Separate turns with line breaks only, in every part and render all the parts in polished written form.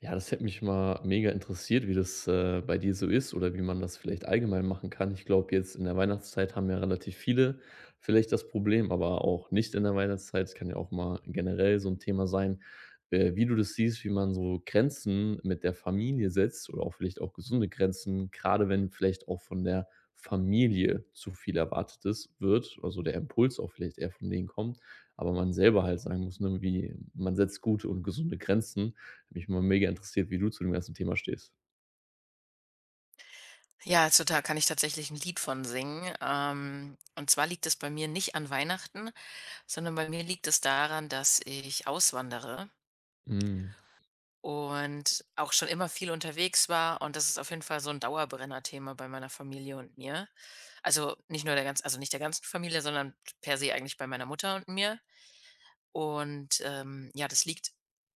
Ja, das hätte mich mal mega interessiert, wie das, bei dir so ist oder wie man das vielleicht allgemein machen kann. Ich glaube, jetzt in der Weihnachtszeit haben ja relativ viele vielleicht das Problem, aber auch nicht in der Weihnachtszeit. Es kann ja auch mal generell so ein Thema sein, wie du das siehst, wie man so Grenzen mit der Familie setzt oder auch vielleicht auch gesunde Grenzen, gerade wenn vielleicht auch von der Familie zu viel erwartetes wird, also der Impuls auch vielleicht eher von denen kommt, aber man selber halt sagen muss, ne, wie man setzt gute und gesunde Grenzen, hat mich mal mega interessiert, wie du zu dem ganzen Thema stehst.
Ja, also da kann ich tatsächlich ein Lied von singen. Und zwar liegt es bei mir nicht an Weihnachten, sondern bei mir liegt es daran, dass ich auswandere
Mhm.
und auch schon immer viel unterwegs war, und das ist auf jeden Fall so 'n Dauerbrennerthema bei meiner Familie und mir. Also, nicht nur der ganz also nicht der ganzen Familie, sondern per se eigentlich bei meiner Mutter und mir. Und, ja, das liegt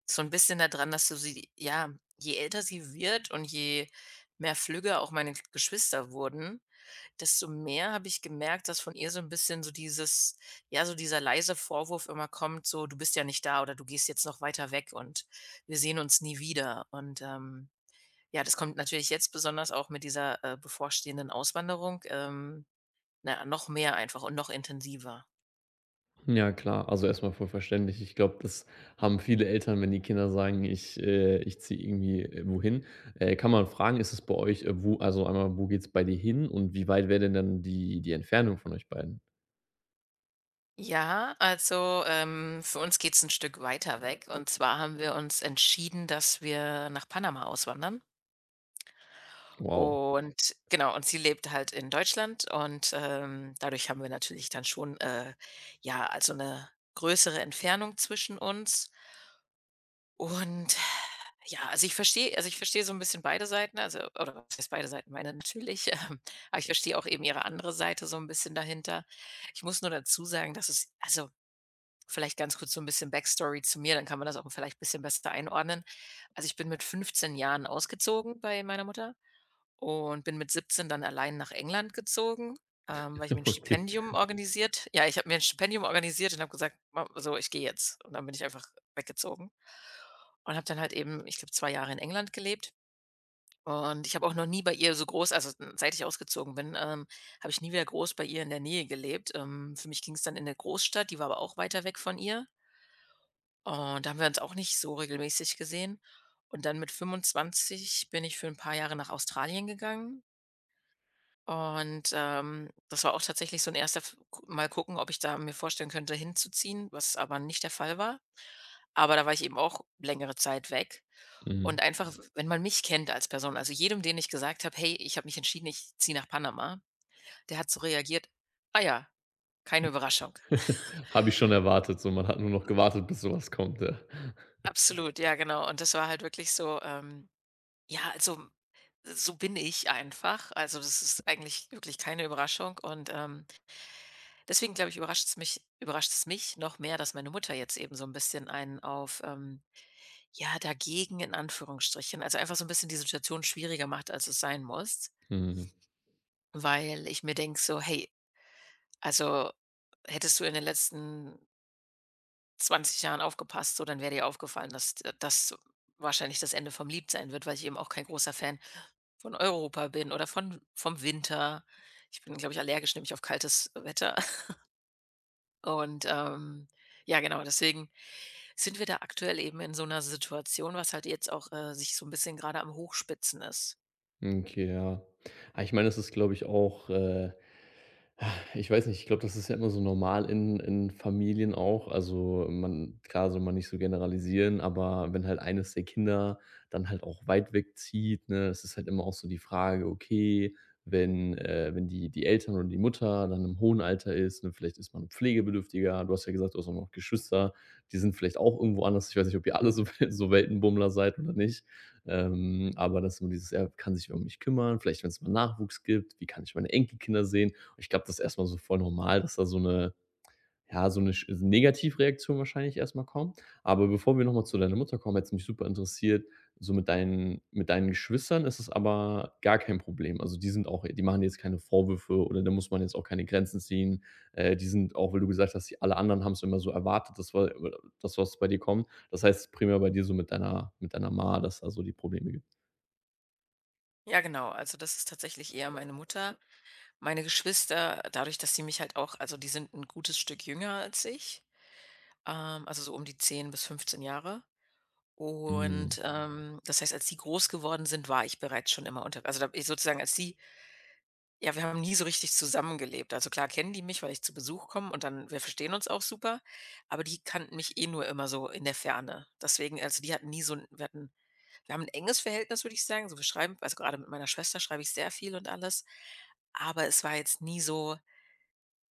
so ein bisschen daran, dass du sie ja, je älter sie wird und je mehr flügger auch meine Geschwister wurden, desto mehr habe ich gemerkt, dass von ihr so ein bisschen so dieses ja, so dieser leise Vorwurf immer kommt, so: „Du bist ja nicht da" oder „Du gehst jetzt noch weiter weg und wir sehen uns nie wieder." Und, ja, das kommt natürlich jetzt besonders auch mit dieser, bevorstehenden Auswanderung, na ja, noch mehr einfach und noch intensiver.
Ja klar, also erstmal voll verständlich. Ich glaube, das haben viele Eltern, wenn die Kinder sagen: „Ich ziehe irgendwie, wohin.“ Kann man fragen, ist es bei euch, wo also einmal, wo geht's bei dir hin und wie weit wäre denn dann die Entfernung von euch beiden?
Ja, also, für uns geht's ein Stück weiter weg. Und zwar haben wir uns entschieden, dass wir nach Panama auswandern.
Wow,
Und genau, und sie lebt halt in Deutschland, und, dadurch haben wir natürlich dann schon, ja, also eine größere Entfernung zwischen uns. Und ja, also ich verstehe so ein bisschen beide Seiten, also oder was heißt beide Seiten? Meine natürlich, aber ich verstehe auch eben ihre andere Seite so ein bisschen dahinter. Ich muss nur dazu sagen, dass es also vielleicht ganz kurz so ein bisschen Backstory zu mir, dann kann man das auch vielleicht ein bisschen besser einordnen. Also, ich bin mit 15 Jahren ausgezogen bei meiner Mutter und bin mit 17 dann allein nach England gezogen, weil ich mir ein
okay.
Stipendium organisiert ja, ich habe mir ein Stipendium organisiert und habe gesagt: „Ma so, ich gehe jetzt." Und dann bin ich einfach weggezogen und habe dann halt eben, ich glaube, 2 Jahre in England gelebt. Und ich habe auch noch nie bei ihr so groß, also, seit ich ausgezogen bin, habe ich nie wieder groß bei ihr in der Nähe gelebt. Für mich ging es dann in eine Großstadt, die war aber auch weiter weg von ihr. Und da haben wir uns auch nicht so regelmäßig gesehen. Und dann mit 25 bin ich für ein paar Jahre nach Australien gegangen, und, das war auch tatsächlich so ein erster F gu mal gucken, ob ich da mir vorstellen könnte, hinzuziehen, was aber nicht der Fall war. Aber da war ich eben auch längere Zeit weg.
Mhm.
Und einfach, wenn man mich kennt als Person, also jedem, den ich gesagt habe: „Hey, ich habe mich entschieden, ich ziehe nach Panama", der hat so reagiert: „Ah ja, keine Überraschung."
Habe ich schon erwartet, so. Man hat nur noch gewartet, bis sowas kommt, ja.
Absolut, ja, genau. Und das war halt wirklich so, ja, also, so bin ich einfach. Also, das ist eigentlich wirklich keine Überraschung, und, deswegen glaube ich, überrascht es mich noch mehr, dass meine Mutter jetzt eben so ein bisschen einen auf, ja, dagegen in Anführungsstrichen, also, einfach so ein bisschen die Situation schwieriger macht, als es sein muss,
Mhm.
weil ich mir denke so: „Hey, also, hättest du in den letzten 20 Jahren aufgepasst, so, dann wäre dir aufgefallen, dass d das wahrscheinlich das Ende vom Lied sein wird, weil ich eben auch kein großer Fan von Europa bin oder von vom Winter. Ich bin, glaube ich, allergisch nämlich auf kaltes Wetter. Und, ja genau, deswegen sind wir da aktuell eben in so einer Situation, was halt jetzt auch, sich so ein bisschen gerade am Hochspitzen ist.
Okay, ja. Ah, ich meine, das ist, glaube ich, auch. Ich weiß nicht, ich glaube, das ist ja immer so normal in Familien auch. Also, man klar soll man nicht so generalisieren, aber wenn halt eines der Kinder dann halt auch weit weg zieht, ne, es ist halt immer auch so die Frage, okay, wenn die Eltern oder die Mutter dann im hohen Alter ist, ne, vielleicht ist man pflegebedürftiger. Du hast ja gesagt, du hast auch noch Geschwister, die sind vielleicht auch irgendwo anders. Ich weiß nicht, ob ihr alle so so Weltenbummler seid oder nicht. Aber das ist immer dieses: „Er kann sich um mich kümmern?“ Vielleicht, wenn es mal Nachwuchs gibt: „Wie kann ich meine Enkelkinder sehen?“ Ich glaube, das ist erst so voll normal, dass da so eine, ja, so eine sch so Negativreaktion wahrscheinlich erstmal kommt. Aber bevor wir nochmal zu deiner Mutter kommen, hätte es mich super interessiert, so mit deinen Geschwistern ist es aber gar kein Problem. Also, die sind auch, die machen jetzt keine Vorwürfe oder da muss man jetzt auch keine Grenzen ziehen. Die sind auch, weil du gesagt hast, die alle anderen haben's immer so erwartet, dass war das, was bei dir kommt. Das heißt primär bei dir so mit deiner Ma, dass da so die Probleme gibt.
Ja genau, also das ist tatsächlich eher meine Mutter. Meine Geschwister, dadurch, dass sie mich halt auch, also, die sind ein gutes Stück jünger als ich, also so um die 10 bis 15 Jahre.
Mhm.
Und, das heißt, als die groß geworden sind, war ich bereits schon immer unter, also, da ich sozusagen als die, ja, wir haben nie so richtig zusammengelebt. Also, klar kennen die mich, weil ich zu Besuch komme, und dann, wir verstehen uns auch super, aber die kannten mich eh nur immer so in der Ferne. Deswegen, also, die hatten nie so 'n wir hatten wir haben ein enges Verhältnis, würde ich sagen. So, gerade mit meiner Schwester schreibe ich sehr viel und alles, aber es war jetzt nie so: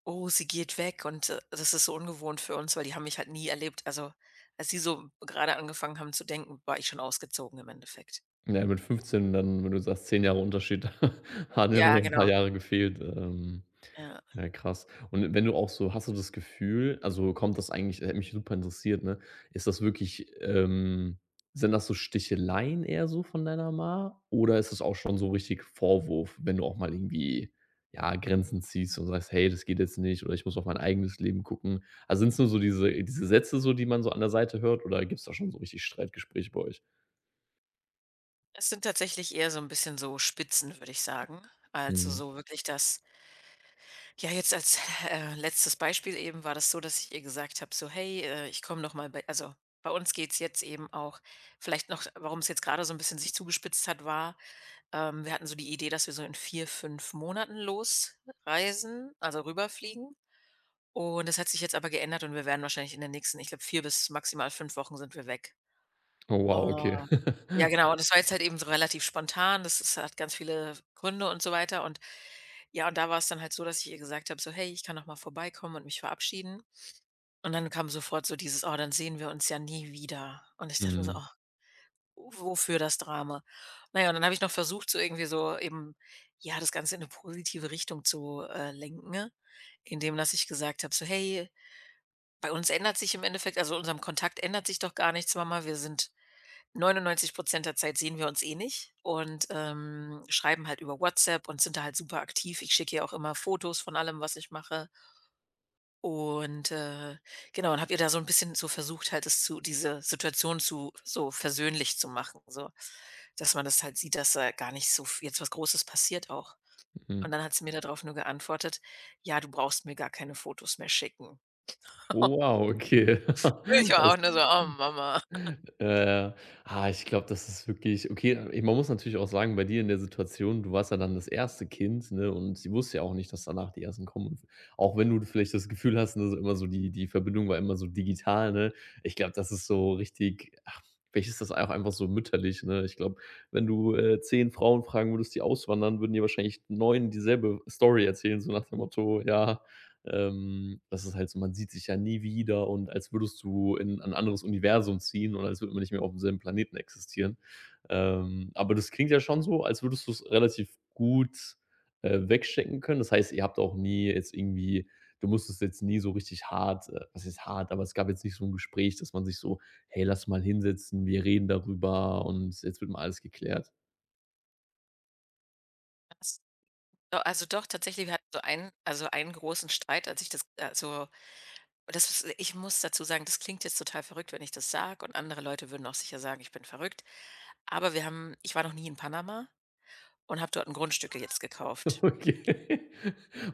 Oh, sie geht weg und, das ist so ungewohnt für uns, weil die haben mich halt nie erlebt. Also, als sie so gerade angefangen haben zu denken, war ich schon ausgezogen im Endeffekt.
Ja, mit 15 dann, wenn du sagst, 10 Jahre Unterschied, hat ja nur
Ja,
noch ein paar
genau,
Jahre gefehlt. Ähm,
ja.
ja, krass. Und wenn du auch so, hast du das Gefühl, also kommt das, eigentlich hätte mich super interessiert, ne? Ist das wirklich, sind das so Sticheleien eher so von deiner Ma oder ist das auch schon so richtig Vorwurf, wenn du auch mal irgendwie, ja, Grenzen ziehst und sagst: „Hey, das geht jetzt nicht“ oder „Ich muss auf mein eigenes Leben gucken“? Also, sind es nur so diese Sätze so, die man so an der Seite hört oder gibt es da schon so richtig Streitgespräche bei euch?
Es sind tatsächlich eher so ein bisschen so Spitzen, würde ich sagen. Also,
Mhm.
so wirklich das, ja, jetzt als, letztes Beispiel eben war das so, dass ich ihr gesagt habe so: „Hey, ich komme noch mal bei", also, bei uns geht's jetzt eben auch, vielleicht noch warum es jetzt gerade so ein bisschen sich zugespitzt hat, war: wir hatten so die Idee, dass wir so in 4, 5 Monaten losreisen, also rüberfliegen. Und das hat sich jetzt aber geändert, und wir werden wahrscheinlich in den nächsten, ich glaube, 4 bis maximal 5 Wochen sind wir weg.
Oh wow,
Oh.
okay.
Ja, genau. Und das war jetzt halt eben so relativ spontan. Das ist hat ganz viele Gründe und so weiter. Und ja, und da war es dann halt so, dass ich ihr gesagt habe, so, hey, ich kann noch mal vorbeikommen und mich verabschieden. Und dann kam sofort so dieses: Oh, dann sehen wir uns ja nie wieder. Und ich dachte mir so:
Mhm,
Oh, wofür das Drama? Na ja, und dann habe ich noch versucht, so irgendwie so eben, ja, das Ganze in eine positive Richtung zu, lenken, ne? Indem dass ich gesagt habe so: „Hey, bei uns ändert sich im Endeffekt, also, unserem Kontakt ändert sich doch gar nichts, Mama. Wir sind 99 der Zeit sehen wir uns eh nicht und, schreiben halt über WhatsApp und sind da halt super aktiv." Ich schicke ihr auch immer Fotos von allem, was ich mache. Und, genau, und habe ihr da so ein bisschen so versucht, halt das zu diese Situation zu so versöhnlich zu machen, so, dass man das halt sieht, dass da gar nicht so v jetzt was Großes passiert auch. Und
mhm.
dann hat sie mir darauf nur geantwortet: „Ja, du brauchst mir gar keine Fotos mehr schicken."
Oh wow, okay.
Ich war auch nur
Heißt,
so: „Oh, Mama."
äh, ich glaube, das ist wirklich okay. Ich man muss natürlich auch sagen, bei dir in der Situation, du warst ja dann das erste Kind, ne, und sie wusste ja auch nicht, dass danach die ersten kommen. Und auch wenn du vielleicht das Gefühl hast, ne, so immer so die Verbindung war immer so digital, ne? Ich glaube, das ist so richtig, ach, vielleicht ist das auch einfach so mütterlich, ne? Ich glaube, wenn du, 10 Frauen fragen würdest, die auswandern, würden dir wahrscheinlich 9 dieselbe Story erzählen, so nach dem Motto: „Ja, das ist halt so, man sieht sich ja nie wieder und als würdest du in ein anderes Universum ziehen und als würde man nicht mehr auf demselben Planeten existieren.“ Aber das klingt ja schon so, als würdest du es relativ gut, wegstecken können. Das heißt, ihr habt auch nie jetzt irgendwie, du musstest jetzt nie so richtig hart, was ist hart, aber es gab jetzt nicht so ein Gespräch, dass man sich so: „Hey, lass mal hinsetzen, wir reden darüber und jetzt wird mal alles geklärt.“
Do also doch, tatsächlich, wir hatten so einen, großen Streit, als ich das, also, das ist, ich muss dazu sagen, das klingt jetzt total verrückt, wenn ich das sage, und andere Leute würden auch sicher sagen, ich bin verrückt. Aber wir haben ich war noch nie in Panama. Und habe dort 'n Grundstück jetzt gekauft.
Okay.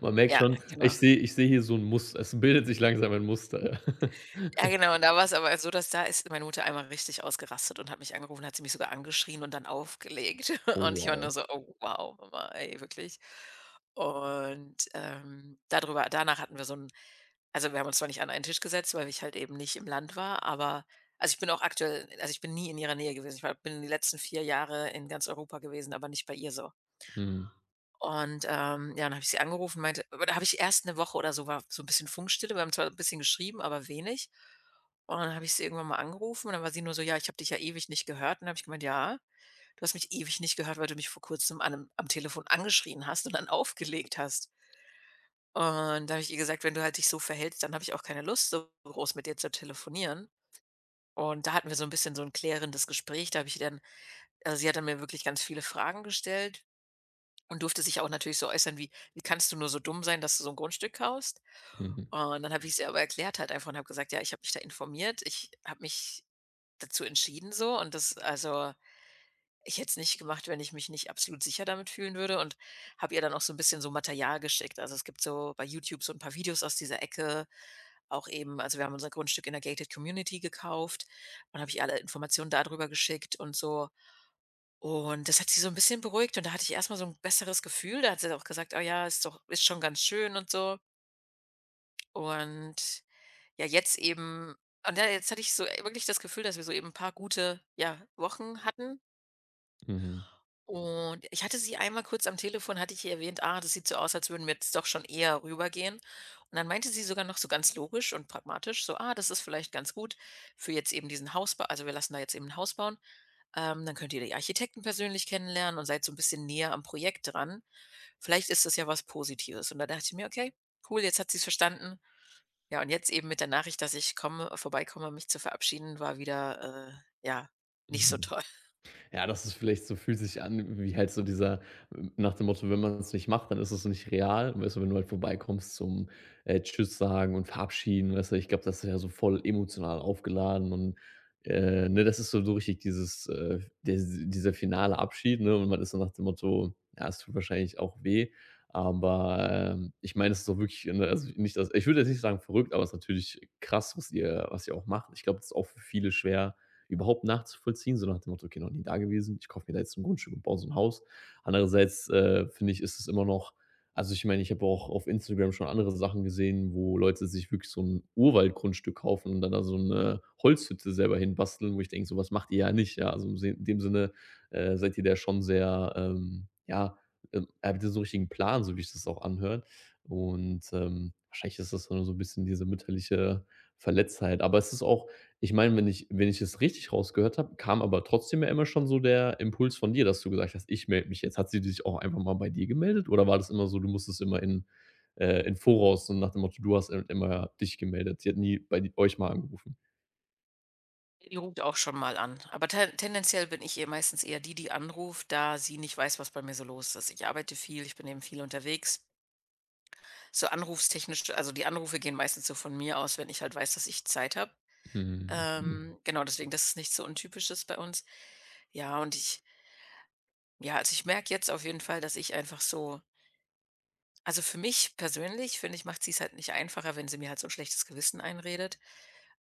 Man merkt
Ja,
schon,
genau.
ich sehe hier so ein Muster. Es bildet sich langsam ein Muster, ja.
Ja, genau. Und da war's aber so, dass da ist meine Mutter einmal richtig ausgerastet und hat mich angerufen, hat sie mich sogar angeschrien und dann aufgelegt.
Oh
Und ich war nur
wow.
so: „Oh wow, Mama, ey, wirklich?" Und, dadrüber danach hatten wir so 'n, also, wir haben uns zwar nicht an einen Tisch gesetzt, weil ich halt eben nicht im Land war, aber, also, ich bin auch aktuell also, ich bin nie in ihrer Nähe gewesen. Ich war bin die letzten 4 Jahre in ganz Europa gewesen, aber nicht bei ihr so.
Mhm.
Und, ja, dann habe ich sie angerufen, meinte aber da habe ich erst eine Woche oder so, war so ein bisschen Funkstille. Wir haben zwar ein bisschen geschrieben, aber wenig. Und dann habe ich sie irgendwann mal angerufen, und dann war sie nur so: „Ja, ich habe dich ja ewig nicht gehört." Und dann habe ich gemeint: „Ja, du hast mich ewig nicht gehört, weil du mich vor Kurzem an einem am Telefon angeschrien hast und dann aufgelegt hast." Und da habe ich ihr gesagt: „Wenn du halt dich so verhältst, dann habe ich auch keine Lust, so groß mit dir zu telefonieren." Und da hatten wir so ein bisschen so ein klärendes Gespräch. Da habe ich ihr dann, also, sie hat dann mir wirklich ganz viele Fragen gestellt, und durfte sich auch natürlich so äußern wie: „Wie kannst du nur so dumm sein, dass du so ein Grundstück kaufst?"
Mhm.
Und dann habe ich's ihr aber erklärt halt einfach und habe gesagt: „Ja, ich habe mich da informiert. Ich habe mich dazu entschieden, so, und das, also, ich hätte es nicht gemacht, wenn ich mich nicht absolut sicher damit fühlen würde", und habe ihr dann auch so ein bisschen so Material geschickt. Also, es gibt so bei YouTube so ein paar Videos aus dieser Ecke, auch eben, also, wir haben unser Grundstück in der Gated Community gekauft, und habe ich alle Informationen darüber geschickt und so. Und das hat sie so ein bisschen beruhigt, und da hatte ich erst mal so ein besseres Gefühl. Da hat sie auch gesagt: „Oh ja, ist schon ganz schön und so.“ Und ja, jetzt eben ja, jetzt hatte ich so wirklich das Gefühl, dass wir so eben ein paar gute, ja, Wochen hatten.
Mhm.
Und ich hatte sie einmal kurz am Telefon hatte ich ihr erwähnt: „Ah, das sieht so aus, als würden wir jetzt doch schon eher rübergehen.“ Und dann meinte sie sogar noch so ganz logisch und pragmatisch so: „Ah, das ist vielleicht ganz gut für jetzt eben diesen Hausbau“, also, wir lassen da jetzt eben ein Haus bauen. Dann könnt ihr die Architekten persönlich kennenlernen und seid so ein bisschen näher am Projekt dran. Vielleicht ist das ja was Positives. Und da dachte ich mir: „Okay, cool, jetzt hat sie es verstanden.“ Ja, und jetzt eben mit der Nachricht, dass ich komme vorbeikomme, um mich zu verabschieden, war wieder, ja, nicht so
Mhm.
toll.
Ja, das ist vielleicht, so fühlt sich an, wie halt so dieser, nach dem Motto, wenn man es nicht macht, dann ist es nicht real. Weißt du, wenn du halt vorbeikommst zum, Tschüss sagen und verabschieden, weißt du? Ich glaube, das ist ja so voll emotional aufgeladen und, ne, das ist so richtig dieses, des dieser finale Abschied, ne? Und man ist dann nach dem Motto: „Ja, es tut wahrscheinlich auch weh.“ Aber, ich meine, es ist doch wirklich, ne, also nicht das, ich würde jetzt nicht sagen verrückt, aber es ist natürlich krass, was ihr auch macht. Ich glaube, das ist auch für viele schwer überhaupt nachzuvollziehen, so nach dem Motto: „Okay, noch nie da gewesen. Ich kaufe mir da jetzt ein Grundstück und baue so ein Haus.“ Andererseits, finde ich, ist es immer noch, also, ich meine, ich habe auch auf Instagram schon andere Sachen gesehen, wo Leute sich wirklich so ein Urwaldgrundstück kaufen und dann da so eine Holzhütte selber hinbasteln, wo ich denke: „Sowas macht ihr ja nicht“, ja? Also, im Sin in dem Sinne, seid ihr da schon sehr, ja, habt ihr so 'n richtigen Plan, so wie ich das auch anhöre. Und, wahrscheinlich ist das dann so ein bisschen diese mütterliche Verletztheit. Aber es ist auch, ich meine, wenn ich es richtig rausgehört habe, kam aber trotzdem ja immer schon so der Impuls von dir, dass du gesagt hast: „Ich melde mich jetzt.“ Hat sie dich auch einfach mal bei dir gemeldet oder war das immer so, du musstest immer in im Voraus, so nach dem Motto, du hast immer dich gemeldet? Sie hat nie bei d euch mal angerufen?
Die ruft auch schon mal an. Aber tendenziell bin ich ihr meistens eher die, die anruft, da sie nicht weiß, was bei mir so los ist. Ich arbeite viel, ich bin eben viel unterwegs. So anrufstechnisch also, die Anrufe gehen meistens so von mir aus, wenn ich halt weiß, dass ich Zeit habe.
Mhm, okay.
Genau, deswegen, das ist nichts so Untypisches bei uns. Ja, und ich ja, also ich merke jetzt auf jeden Fall, dass ich einfach so also für mich persönlich, finde ich, macht sie es halt nicht einfacher, wenn sie mir halt so ein schlechtes Gewissen einredet.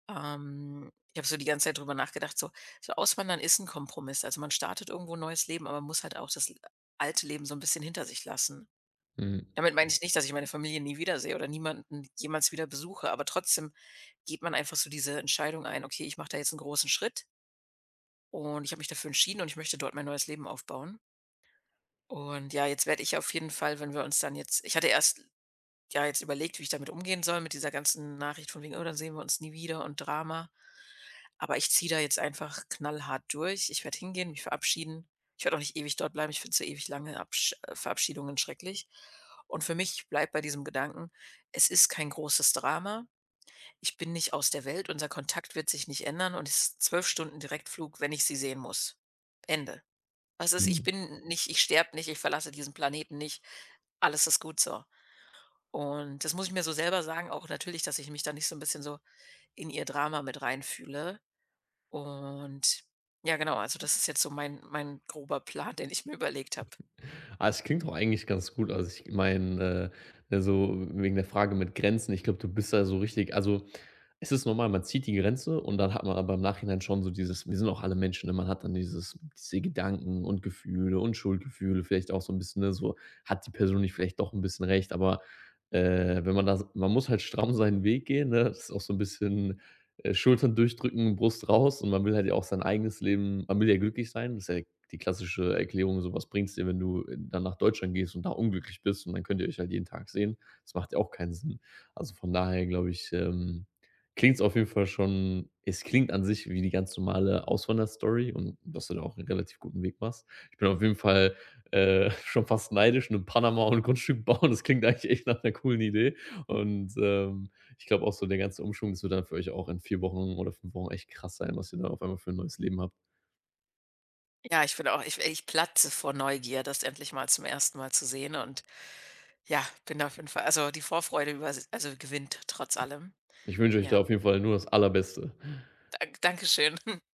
Ich habe so die ganze Zeit drüber nachgedacht, so Auswandern ist ein Kompromiss. Also, man startet irgendwo 'n neues Leben, aber man muss halt auch das l alte Leben so ein bisschen hinter sich lassen.
Mhm,
Damit meine ich nicht, dass ich meine Familie nie wiedersehe oder niemanden jemals wieder besuche, aber trotzdem geht man einfach so diese Entscheidung ein: „Okay, ich mache da jetzt einen großen Schritt.“ Und ich habe mich dafür entschieden und ich möchte dort mein neues Leben aufbauen. Und ja, jetzt werde ich auf jeden Fall, wenn wir uns dann jetzt ich hatte erst ja, jetzt überlegt, wie ich damit umgehen soll mit dieser ganzen Nachricht von wegen: „Oh, dann sehen wir uns nie wieder und Drama.“ Aber ich ziehe da jetzt einfach knallhart durch. Ich werde hingehen, mich verabschieden. Ich werde auch nicht ewig dort bleiben. Ich finde so ewig lange Absch Verabschiedungen schrecklich. Und für mich bleibt bei diesem Gedanken, es ist kein großes Drama. Ich bin nicht aus der Welt. Unser Kontakt wird sich nicht ändern und es ist 12 Stunden Direktflug, wenn ich sie sehen muss. Ende. Was ist ich
mhm.
bin nicht Ich sterbe nicht, ich verlasse diesen Planeten nicht. Alles ist gut so. Und das muss ich mir so selber sagen, auch natürlich, dass ich mich da nicht so ein bisschen so in ihr Drama mit reinfühle. Und ja, genau, also das ist jetzt so mein grober Plan, den ich mir überlegt habe.
Ah, es klingt doch eigentlich ganz gut. Also, ich meine, ne, so wegen der Frage mit Grenzen, ich glaube, du bist da so richtig, also, es ist normal, man zieht die Grenze und dann hat man aber im Nachhinein schon so dieses, wir sind auch alle Menschen, ne? Man hat dann diese Gedanken und Gefühle und Schuldgefühle, vielleicht auch so ein bisschen, ne, so: „Hat die Person nicht vielleicht doch ein bisschen recht?“ Aber, wenn man da, man muss halt stramm seinen Weg gehen, ne? Das ist auch so ein bisschen, Schultern durchdrücken, Brust raus, und man will halt ja auch sein eigenes Leben, man will ja glücklich sein. Das ist ja die klassische Erklärung, so: „Was bringt's dir, wenn du in dann nach Deutschland gehst und da unglücklich bist und dann könnt ihr euch halt jeden Tag sehen?“ Das macht ja auch keinen Sinn. Also, von daher glaube ich, klingt es auf jeden Fall, schon es klingt an sich wie die ganz normale Auswanderstory und dass du da auch einen relativ guten Weg machst. Ich bin auf jeden Fall, schon fast neidisch, nur in Panama und ein Grundstück bauen, das klingt eigentlich echt nach einer coolen Idee, und, ich glaube auch so der ganze Umschwung, das wird dann für euch auch in 4 Wochen oder 5 Wochen echt krass sein, was ihr da auf einmal für ein neues Leben habt.
Ja, ich bin auch ich platze vor Neugier, das endlich mal zum ersten Mal zu sehen und ja, bin auf jeden Fall also die Vorfreude übers also gewinnt trotz allem.
Ich wünsche euch da
Ja,
auf jeden Fall nur das Allerbeste.
Dankeschön.